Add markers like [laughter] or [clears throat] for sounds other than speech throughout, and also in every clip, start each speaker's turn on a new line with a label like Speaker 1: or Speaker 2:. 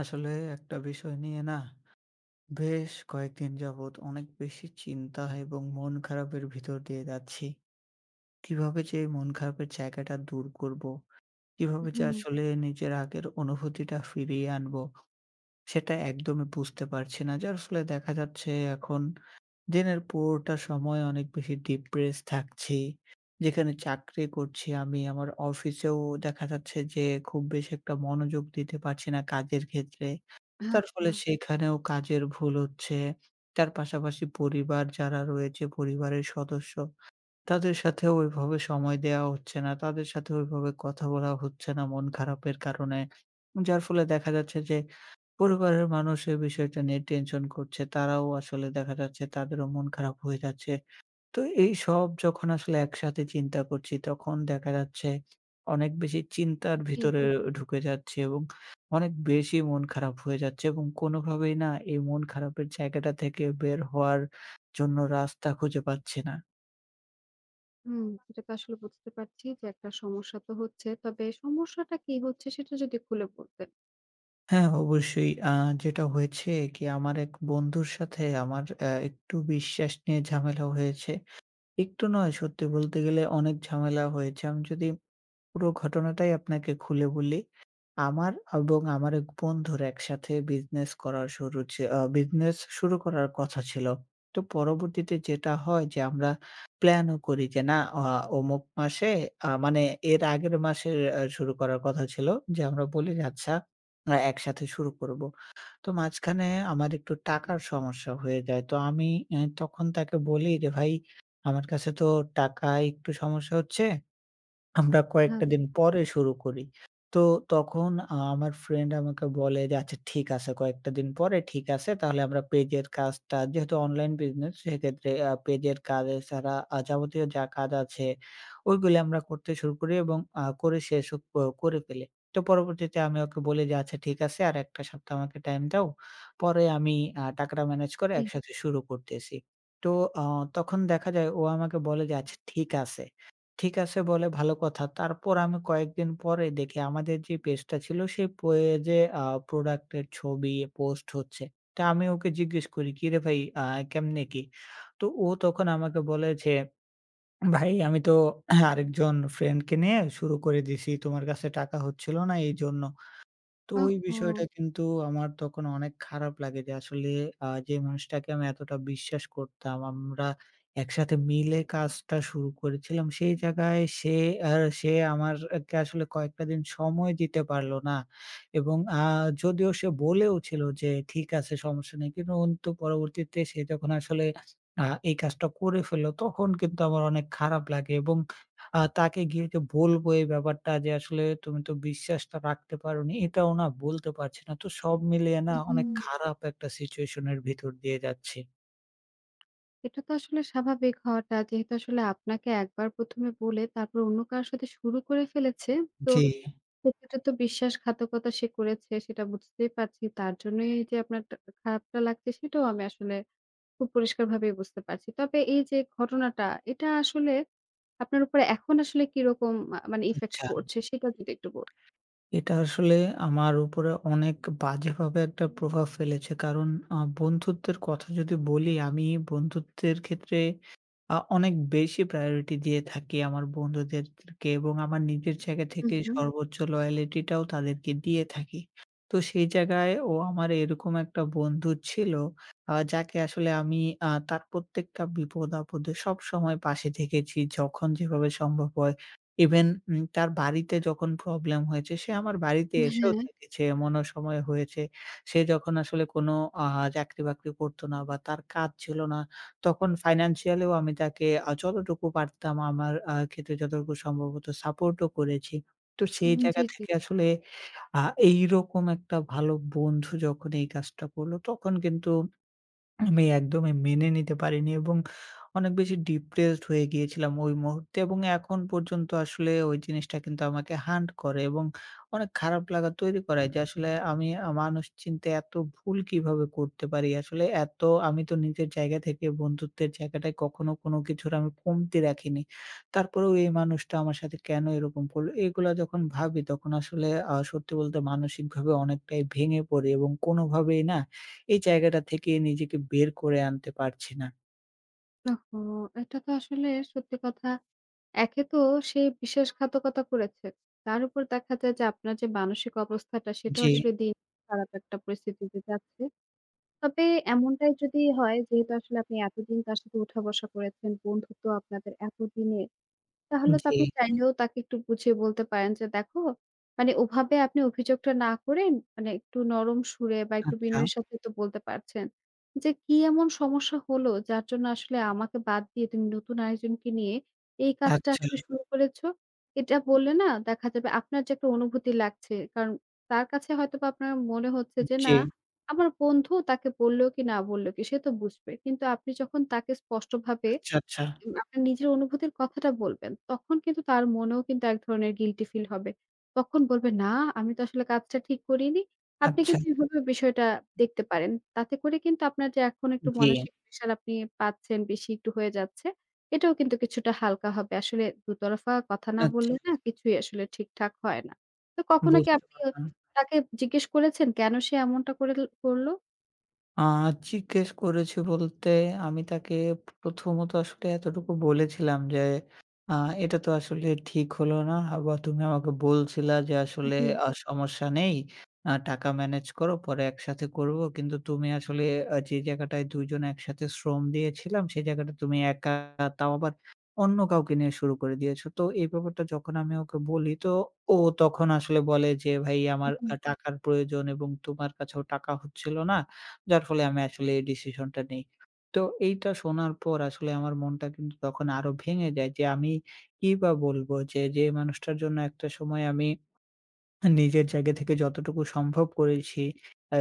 Speaker 1: আসলে একটা বিষয় নিয়ে না বেশ কয়েকদিন যাবৎ অনেক বেশি চিন্তা এবং মন খারাপের ভিতর দিয়ে যাচ্ছি। কিভাবে যে এই মন খারাপের জায়গাটা দূর করব? কিভাবে যে
Speaker 2: হুম,
Speaker 1: আসলে নিজের আগের অনুভূতিটা ফিরিয়ে আনবো? সেটা একদমই বুঝতে পারছি না। যার ফলে দেখা যাচ্ছে এখন দিনের পুরোটা সময় অনেক বেশি ডিপ্রেস থাকছি। যেখানে চাকরি করছি আমি, আমার অফিসেও দেখা যাচ্ছে যে খুব বেশি একটা মনোযোগ দিতে পারছি না কাজের ক্ষেত্রে। তার
Speaker 2: আচ্ছা,
Speaker 1: ফলে সেখানেও কাজের ভুল হচ্ছে। তার পাশাপাশি পরিবার যারা রয়েছে, পরিবারের সদস্য, তাদের সাথেও ওইভাবে সময় দেওয়া হচ্ছে না। তাদের সাথে ওইভাবে কথা বলা হচ্ছে না মন খারাপের কারণে। যার ফলে দেখা যাচ্ছে যে পরিবারের মানুষ এই বিষয়টা নিয়ে টেনশন করছে। তারাও আসলে দেখা যাচ্ছে তাদেরও মন খারাপ হয়ে যাচ্ছে। তো এইসব যখন আসলে একসাথে চিন্তা করছি, তখন দেখা যাচ্ছে অনেক বেশি চিন্তার
Speaker 2: জি।
Speaker 1: ভিতরে ঢুকে যাচ্ছি এবং অনেক বেশি মন খারাপ হয়ে যাচ্ছে এবং কোনোভাবেই না এই মন খারাপের জায়গাটা থেকে বের হওয়ার জন্য রাস্তা খুঁজে পাচ্ছি না।
Speaker 2: সেটা তো আসলে বুঝতে পারছি যে একটা সমস্যা তো হচ্ছে। তবে সমস্যাটা কি হচ্ছে সেটা যদি খুলে বলতেন।
Speaker 1: হ্যাঁ, অবশ্যই যেটা হয়েছে কি আমার এক বন্ধুর সাথে আমার একটু বিশ্বাস নিয়ে ঝামেলা হয়েছে। একটু নয়, সত্যি বলতে গেলে অনেক ঝামেলা হয়েছে। আমি যদি পুরো ঘটনাটাই আপনাকে খুলে বলি। আমার এবং আমার এক বন্ধুর একসাথে বিজনেস করার শুরু ছি আ বিজনেস শুরু করার কথা ছিল। তো পরবর্তীতে যেটা হয় যে আমরা প্ল্যানও করি যে না, অমুক মাসে, মানে এর আগের মাসের শুরু করার কথা ছিল, যে আমরা বলি যে আচ্ছা, একসাথে শুরু করব। তো মাঝখানে আমার একটু টাকার সমস্যা হয়ে যায়। তো আমি তখন তাকে বলি যে, "ভাই, আমার কাছে তো টাকা একটু সমস্যা হচ্ছে।" আমরা
Speaker 2: আচ্ছা।
Speaker 1: কয়েকটা দিন পরে শুরু করি। তো তখন আমার ফ্রেন্ড আমাকে বলে যে, "আচ্ছা ঠিক আছে, কয়েকটা দিন পরে ঠিক আছে। তাহলে আমরা পেজের কাজটা" যেহেতু অনলাইন বিজনেস, সেক্ষেত্রে পেজের কাজ এছাড়া যাবতীয় যা কাজ আছে ওইগুলি আমরা করতে শুরু করি এবং করে শেষও করে ফেলি। তো পরবর্তীতে আমি ওকে বলি যে, "আচ্ছা ঠিক আছে, আর ১ টা সপ্তাহ আমাকে টাইম দাও। পরে আমি টাকাটা ম্যানেজ করে
Speaker 2: জি।
Speaker 1: একসাথে শুরু করতেছি।" তো আ তখন দেখা যায় ও আমাকে বলে যে, "আচ্ছা ঠিক আছে।" ঠিক আছে বলে ভালো কথা। তারপর আমি কয়েকদিন পরে দেখি আমাদের যে পেজটা ছিল সেই পেজে প্রোডাক্ট এর ছবি পোস্ট হচ্ছে। তা আমি ওকে জিজ্ঞেস করি, "কিরে ভাই, কেমনে কি?" তো ও তখন আমাকে বলে যে, "ভাই, আমি তো আরেকজন ফ্রেন্ডকে নিয়ে শুরু করে দিছি। তোমার কাছে টাকা হচ্ছিল না এইজন্য।" তো ওই
Speaker 2: ওহো!
Speaker 1: বিষয়টা কিন্তু আমার তখন অনেক খারাপ লাগে যে আসলে যে মানুষটাকে আমি এতটা বিশ্বাস করতাম, আমরা একসাথে মিলে কাজটা শুরু করেছিলাম। সেই জায়গায় আ সে আমার আসলে কয়েকটা দিন সময় দিতে পারল না এবং যদিও সে বলেও ছিল যে ঠিক আছে, সমস্যা নেই। কিন্তু পরবর্তীতে সে যখন আসলে এই কাজটা করে ফেলল তখন কিন্তু আমার অনেক খারাপ লাগে এবং তাকে গিয়ে যে বলবো এই ব্যাপারটা যে আসলে তুমি তো বিশ্বাসটা রাখতে পারোনি, এটাও না বলতে পারছি না। তো সব মিলিয়ে না অনেক
Speaker 2: হুম,
Speaker 1: খারাপ একটা সিচুয়েশন এর ভিতর দিয়ে যাচ্ছি।
Speaker 2: এটা তো আসলে স্বাভাবিক হওয়াটা যেহেতু আসলে আপনাকে একবার ১ম এ বলে তারপর অন্য কারো সাথে শুরু করে ফেলেছে। তো
Speaker 1: জি,
Speaker 2: সেক্ষেত্রে তো বিশ্বাসঘাতকতা সে করেছে সেটা বুঝতেই পারছি। তার জন্যই এই যে আপনার টা খারাপটা লাগছে সেটাও আমি আসলে খুব পরিষ্কারভাবেই বুঝতে পারছি। তবে এই যে ঘটনাটা এটা আসলে আপনার উপরে এখন আসলে কিরকম মানে ইফেক্ট
Speaker 1: আচ্ছা।
Speaker 2: পড়ছে সেটা যদি একটু বল
Speaker 1: এটা আসলে আমার উপরে অনেক বাজেভাবে একটা প্রভাব ফেলেছে। কারণ বন্ধুত্বের কথা যদি বলি, আমি বন্ধুত্বের ক্ষেত্রে অনেক বেশি প্রায়োরিটি দিয়ে থাকি আমার বন্ধুদেরকে এবং আমার নিজের জায়গা
Speaker 2: হুম,
Speaker 1: থেকে
Speaker 2: হুম।
Speaker 1: সর্বোচ্চ লয়ালিটিটাও তাদেরকে দিয়ে থাকি। তো সেই জায়গায় ও আমার এরকম একটা বন্ধু ছিল, যাকে আসলে আমি তার প্রত্যেকটা বিপদ-আপদে সবসময় পাশে থেকেছি যখন যেভাবে সম্ভব হয়। ইভেন তার বাড়িতে যখন প্রবলেম হয়েছে সে আমার বাড়িতে এসেও
Speaker 2: হ্যাঁ,
Speaker 1: থেকেছে। এমনও সময় হয়েছে সে যখন আসলে কোনো আ চাকরি-বাকরি করত না বা তার কাজ ছিল না, তখন ফাইন্যান্সিয়ালিও আমি তাকে যতটুকু পারতাম, আমার ক্ষেত্রে যতটুকু সম্ভব হতো সাপোর্টও করেছি। তো সেই জায়গা
Speaker 2: জি, জি।
Speaker 1: থেকে আসলে আ এইরকম একটা ভালো বন্ধু যখন এই কাজটা করলো তখন কিন্তু আমি একদমই মেনে নিতে পারিনি এবং অনেক বেশি ডিপ্রেসড হয়ে গিয়েছিলাম ওই মুহূর্তে এবং এখন পর্যন্ত আসলে ওই জিনিসটা কিন্তু আমাকে হান্ট করে এবং অনেক খারাপ লাগা তৈরি করায় যে আসলে আমি মানুষ চিনতে এত ভুল কিভাবে করতে পারি? আসলে এত আমি তো নিজের জায়গা থেকে বন্ধুত্বের জায়গাটায় কখনো কোনো কিছুর আমি কমতি রাখিনি। তারপরেও এই মানুষটা আমার সাথে কেন এরকম করলো? এগুলা যখন ভাবি তখন আসলে সত্যি বলতে মানসিকভাবে অনেকটাই ভেঙে পড়ি এবং কোনোভাবেই না এই জায়গাটা থেকে নিজেকে বের করে আনতে পারছি না।
Speaker 2: ওহো! এটা তো আসলে সত্যি কথা। একে তো সে বিশ্বাসঘাতকতা করেছে। তার উপর দেখা যায় যে আপনার যে মানসিক অবস্থাটা সেটাও
Speaker 1: জি,
Speaker 2: আসলে দিন খারাপ একটা পরিস্থিতিতে যাচ্ছে। তবে এমনটাই যদি হয় যেহেতু আসলে আপনি এতদিন তার সাথে উঠা বসা করেছেন, বন্ধুত্ব আপনাদের এতদিনের তাহলে তো
Speaker 1: জি।
Speaker 2: আপনি চাইলেও তাকে একটু বুঝিয়ে বলতে পারেন যে, "দেখো, মানে ওভাবে আপনি অভিযোগটা না করে মানে একটু নরম সুরে বা একটু
Speaker 1: আচ্ছা,
Speaker 2: বিনয়ের সাথে তো বলতে পারছেন যে, 'কি এমন সমস্যা হলো যার জন্য আসলে আমাকে বাদ দিয়ে তুমি নতুন আরেকজনকে নিয়ে এই কাজটা
Speaker 1: আচ্ছা।
Speaker 2: আসলে শুরু করেছো?' এটা বললে না দেখা যাবে আপনার যে একটা অনুভূতি লাগছে কারণ তার কাছে হয়তোবা আপনার মনে হচ্ছে যে,
Speaker 1: জি।
Speaker 2: "না, আমার বন্ধু তাকে বললেও কি না বললেও কি সে তো বুঝবে।" কিন্তু আপনি যখন তাকে স্পষ্টভাবে
Speaker 1: আচ্ছা, আচ্ছা।
Speaker 2: আপনার নিজের অনুভূতির কথাটা বলবেন। তখন কিন্তু তার মনেও কিন্তু এক ধরনের গিল্টি ফিল হবে। তখন বলবে, "না, আমি তো আসলে কাজটা ঠিক করিনি।" আপনি
Speaker 1: আচ্ছা।
Speaker 2: কিন্তু এভাবে বিষয়টা দেখতে পারেন। তাতে করে কিন্তু আপনার যে এখন একটু
Speaker 1: জি।
Speaker 2: মানসিক প্রেশার আপনি পাচ্ছেন, বেশি একটু হয়ে যাচ্ছে, এটাও কিন্তু কিছুটা হালকা হবে। আসলে দুতরফা কথা না
Speaker 1: আচ্ছা।
Speaker 2: বললে না কিছুই আসলে ঠিকঠাক হয় না। তো কখনো কি
Speaker 1: বুঝতে
Speaker 2: আপনি
Speaker 1: পারলাম।
Speaker 2: তাকে জিজ্ঞেস করেছেন কেন সে এমনটা করল?
Speaker 1: আ জিজ্ঞেস করেছি বলতে, আমি তাকে প্রথমত আসলে এতটুকু বলেছিলাম যে, আ "এটা তো আসলে ঠিক হলো না। বা তুমি আমাকে বলছিলা যে আসলে
Speaker 2: জি।
Speaker 1: সমস্যা নেই। টাকা ম্যানেজ করো, পরে একসাথে করব। কিন্তু তুমি আসলে যে জায়গাটায় ২ জন একসাথে শ্রম দিয়েছিলাম, সেই জায়গাটা তুমি একা, তাও আবার অন্য কাউকে নিয়ে শুরু করে দিয়েছো।" তো এই ব্যাপারটা যখন আমি ওকে বলি, তো ও তখন আসলে বলে যে, "ভাই, আমার টাকার প্রয়োজন এবং তোমার কাছেও টাকা হচ্ছিল না। যার ফলে আমি আসলে এই ডিসিশনটা নেই।" তো এইটা শোনার পর আসলে আমার মনটা কিন্তু তখন আরো ভেঙে যায় যে আমি কি বা বলবো? যে মানুষটার জন্য একটা সময় আমি নিজের জায়গা থেকে যতটুকু সম্ভব করেছি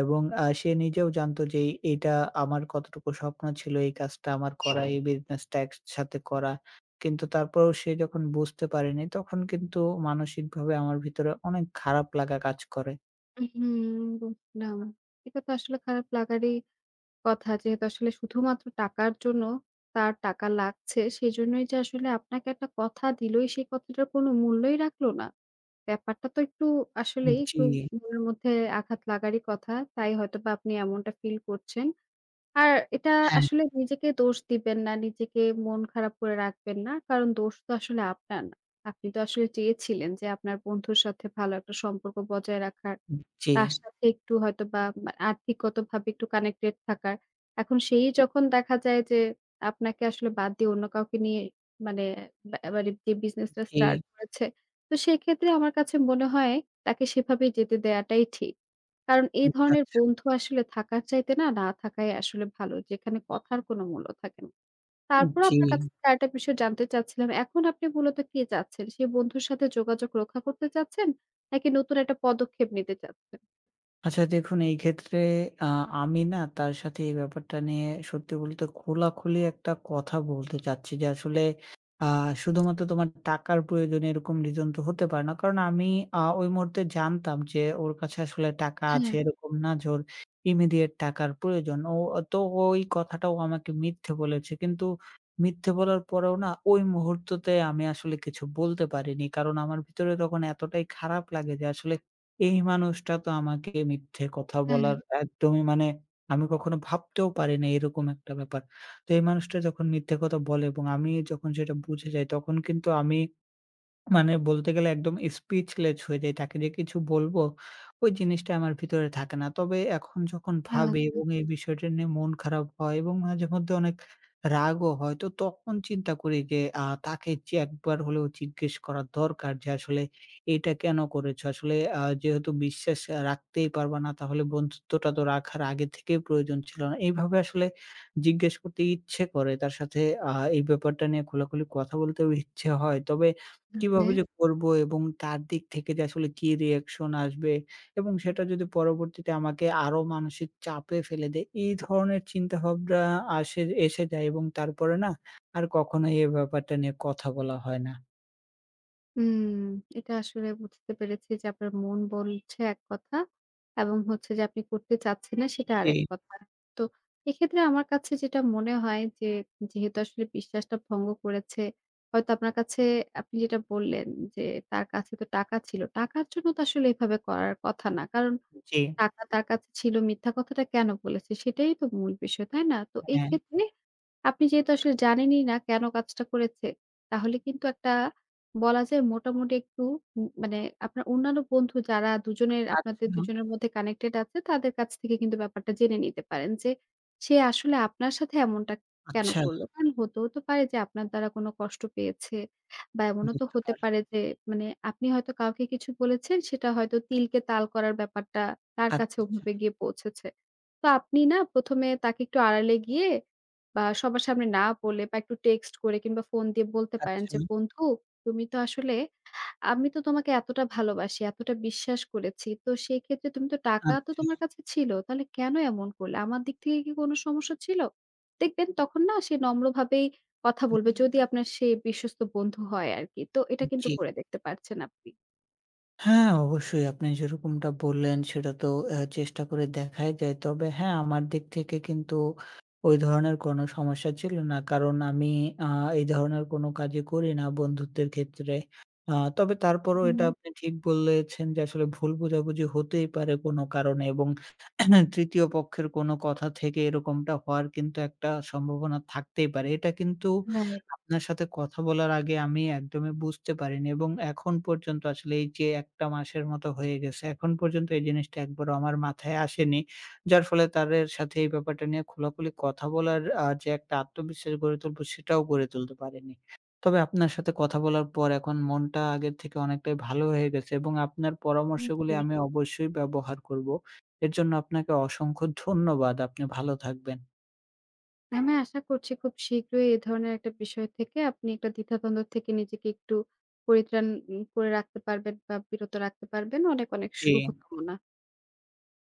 Speaker 1: এবং সে নিজেও জানতো যে এটা আমার কতটুকু স্বপ্ন ছিল এই কাজটা আমার করা, এই বিজনেসটা একসাথে করা। কিন্তু তারপরেও সে যখন বুঝতে পারেনি তখন কিন্তু মানসিকভাবে আমার ভিতরে অনেক খারাপ লাগা কাজ করে।
Speaker 2: হুম, হুম বুঝলাম। এটা তো আসলে খারাপ লাগারই কথা যেহেতু আসলে শুধুমাত্র টাকার জন্য তার টাকা লাগছে, সেজন্যই যে আসলে আপনাকে একটা কথা দিলই, সেই কথাটার কোনো মূল্যই রাখলো না। ব্যাপারটা তো একটু আসলেই
Speaker 1: জি,
Speaker 2: একটু মনের মধ্যে আঘাত লাগারই কথা। তাই হয়তোবা আপনি এমনটা ফিল করছেন। আর এটা
Speaker 1: হ্যাঁ।
Speaker 2: আসলে নিজেকে দোষ দিবেন না, নিজেকে মন খারাপ করে রাখবেন না। কারণ দোষ তো আসলে আপনার না। আপনি তো আসলে চেয়েছিলেন যে আপনার বন্ধুর সাথে ভালো একটা সম্পর্ক বজায় রাখার।
Speaker 1: জি,
Speaker 2: তার সাথে একটু হয়তোবা আর্থিকগতভাবে একটু কানেক্টেড থাকার। এখন সেই যখন দেখা যায় যে আপনাকে আসলে বাদ দিয়ে অন্য কাউকে নিয়ে মানে মানে যে বিজনেসটা
Speaker 1: জি।
Speaker 2: স্টার্ট করেছে, তো সেক্ষেত্রে আমার কাছে মনে হয় তাকে সেভাবেই যেতে দেয়াটাই ঠিক। কারণ এই ধরনের
Speaker 1: আচ্ছা।
Speaker 2: বন্ধু আসলে থাকার চাইতে না, না থাকাই আসলে ভালো। যেখানে কথার কোনো মূল্য থাকে না। তারপরও
Speaker 1: জি।
Speaker 2: আপনার কাছ থেকে আরেকটা বিষয় জানতে চাচ্ছিলাম। এখন আপনি মূলত কি চাচ্ছেন? সেই বন্ধুর সাথে যোগাযোগ রক্ষা করতে চাচ্ছেন? নাকি নতুন একটা পদক্ষেপ নিতে চাচ্ছেন?
Speaker 1: আচ্ছা, দেখুন এই ক্ষেত্রে আ আমি না তার সাথে এই ব্যাপারটা নিয়ে সত্যি বলতে খোলাখুলি একটা কথা বলতে চাচ্ছি যে আসলে আ শুধুমাত্র তোমার টাকার প্রয়োজনে এরকম reason তো হতে পারে না। কারণ আমি ওই মুহূর্তে জানতাম যে ওর কাছে আসলে টাকা আছে,
Speaker 2: হ্যাঁ,
Speaker 1: এরকম না যে ওর ইমিডিয়েট টাকার প্রয়োজন। ও তো ওই কথাটাও আমাকে মিথ্যে বলেছে। কিন্তু মিথ্যে বলার পরেও না ওই মুহূর্ততে আমি আসলে কিছু বলতে পারিনি। কারণ আমার ভিতরে তখন এতটাই খারাপ লাগে যে আসলে এই মানুষটা তো আমাকে মিথ্যে কথা
Speaker 2: হ্যাঁ,
Speaker 1: বলার একদমই মানে, আমি কখনো ভাবতেও পারি না এরকম একটা ব্যাপার। তো এই মানুষটা যখন মিথ্যে কথা বলে এবং আমি যখন সেটা বুঝে যাই তখন কিন্তু আমি মানে বলতে গেলে একদম স্পিচলেস হয়ে যাই। তাকে যে কিছু বলবো, ওই জিনিসটা আমার ভিতরে থাকে না। তবে এখন যখন
Speaker 2: হ্যাঁ,
Speaker 1: ভাবি
Speaker 2: আচ্ছা,
Speaker 1: এবং এই বিষয়টা নিয়ে মন খারাপ হয় এবং মাঝেমধ্যে অনেক রাগও হয়, তো তখন চিন্তা করি যে তাকে যে একবার হলেও জিজ্ঞেস করা দরকার যে আসলে এটা কেন করেছো? আসলে যেহেতু বিশ্বাস রাখতেই পারবা না, তাহলে বন্ধুত্বটা তো রাখার আগে থেকেই প্রয়োজন ছিল না। এইভাবে আসলে জিজ্ঞেস করতে ইচ্ছে করে। তার সাথে আ এই ব্যাপারটা নিয়ে খোলাখুলি কথা বলতেও ইচ্ছে হয়। তবে
Speaker 2: ওকে।
Speaker 1: কিভাবে যে করবো এবং তার দিক থেকে যে আসলে কি রিঅ্যাকশন আসবে এবং সেটা যদি পরবর্তীতে আমাকে আরো মানসিক চাপে ফেলে দেয়, এই ধরনের চিন্তাভাবনা আসে এসে যায় এবং তারপরে না আর কখনোই এই ব্যাপারটা নিয়ে কথা বলা হয় না।
Speaker 2: হুম, এটা আসলে বুঝতে পেরেছি যে আপনার মন বলছে এক কথা এবং হচ্ছে যে আপনি করতে চাচ্ছেন না সেটা
Speaker 1: জি,
Speaker 2: আরেক কথা। তো এক্ষেত্রে আমার কাছে যেটা মনে হয় যে যেহেতু আসলে বিশ্বাসটা ভঙ্গ করেছে, হয়তো আপনার কাছে আপনি যেটা বললেন যে তার কাছে তো টাকা ছিল। টাকার জন্য তো আসলে এভাবে করার কথা না। কারণ
Speaker 1: জি,
Speaker 2: টাকা তার কাছে ছিল মিথ্যা কথাটা কেন বলেছে? সেটাই তো মূল বিষয়, তাই না? তো এই
Speaker 1: হ্যাঁ,
Speaker 2: ক্ষেত্রে আপনি যেহেতু আসলে জানেনই না কেন কাজটা করেছে, তাহলে কিন্তু একটা বলা যায় মোটামুটি একটু মানে আপনার অন্যান্য বন্ধু যারা দুজনের আপনাদের
Speaker 1: আচ্ছা,
Speaker 2: দুজনের মধ্যে কানেক্টেড আছে তাদের কাছ থেকে কিন্তু ব্যাপারটা জেনে নিতে পারেন যে, সে আসলে আপনার সাথে এমনটা কেন
Speaker 1: আচ্ছা,
Speaker 2: করল? কারণ হতেও তো পারে যে আপনার দ্বারা কোনো কষ্ট পেয়েছে বা এমনও তো
Speaker 1: বুঝতে
Speaker 2: হতে
Speaker 1: পারলাম।
Speaker 2: পারে যে মানে আপনি হয়তো কাউকে কিছু বলেছেন সেটা হয়তো তিলকে তাল করার ব্যাপারটা তার
Speaker 1: আচ্ছা,
Speaker 2: কাছে
Speaker 1: আচ্ছা,
Speaker 2: ওভাবে গিয়ে পৌঁছেছে। তো আপনি না ১ম এ তাকে একটু আড়ালে গিয়ে বা সবার সামনে না বলে বা একটু টেক্সট করে কিংবা ফোন দিয়ে বলতে পারেন
Speaker 1: আচ্ছা,
Speaker 2: যে, "বন্ধু তুমি তো আসলে আমি তো তোমাকে এতটা ভালোবাসি, এতটা বিশ্বাস করেছি। তো সেক্ষেত্রে তুমি তো টাকা তো
Speaker 1: আচ্ছা,
Speaker 2: তোমার কাছে ছিল। তাহলে কেন এমন করলে? আমার দিক থেকে কি কোনো সমস্যা ছিল? দেখবেন তখন না সে নম্রভাবেই কথা বলবে
Speaker 1: আচ্ছা,
Speaker 2: যদি
Speaker 1: আচ্ছা,
Speaker 2: আপনার সে বিশ্বস্ত বন্ধু হয় আরকি। তো এটা কিন্তু
Speaker 1: জি।
Speaker 2: করে দেখতে পারছেন আপনি।
Speaker 1: হ্যাঁ, অবশ্যই আপনি যেরকমটা বললেন সেটা তো চেষ্টা করে দেখাই যায়। তবে হ্যাঁ, আমার দিক থেকে কিন্তু ওই ধরনের কোনো সমস্যা ছিল না। কারণ আমি আ এই ধরনের কোনো কাজই করি না বন্ধুত্বের ক্ষেত্রে। তবে তারপরও এটা
Speaker 2: হুম,
Speaker 1: হুম। আপনি ঠিক বলেছেন যে আসলে ভুল বোঝাবুঝি হতেই পারে কোনো কারণে এবং [clears throat] ৩য় পক্ষের কোনো কথা থেকে এরকমটা হওয়ার কিন্তু একটা সম্ভাবনা থাকতেই পারে। এটা কিন্তু
Speaker 2: রাইট।
Speaker 1: আপনার সাথে কথা বলার আগে আমি একদমই বুঝতে পারিনি এবং এখন পর্যন্ত আসলে এই যে ১ টা মাসের মতো হয়ে গেছে, এখন পর্যন্ত এই জিনিসটা একবারও আমার মাথায় আসেনি। যার ফলে তাদের সাথে এই ব্যাপারটা নিয়ে খোলাখুলি কথা বলার যে একটা আত্মবিশ্বাস গড়ে তুলবো সেটাও গড়ে তুলতে পারিনি। তবে আপনার সাথে কথা বলার পর এখন মনটা আগের থেকে অনেকটাই ভালো হয়ে গেছে এবং আপনার পরামর্শগুলি
Speaker 2: জি।
Speaker 1: আমি অবশ্যই ব্যবহার করব। এর জন্য আপনাকে অসংখ্য ধন্যবাদ। আপনি ভালো থাকবেন।
Speaker 2: আমি আশা করছি খুব শীঘ্রই এ ধরনের একটা বিষয় থেকে আপনি একটা দ্বিধাদ্বন্দ্ব থেকে নিজেকে একটু পরিত্রাণ করে রাখতে পারবেন বা বিরত রাখতে পারবেন। অনেক, অনেক
Speaker 1: জি।
Speaker 2: শুভকামনা।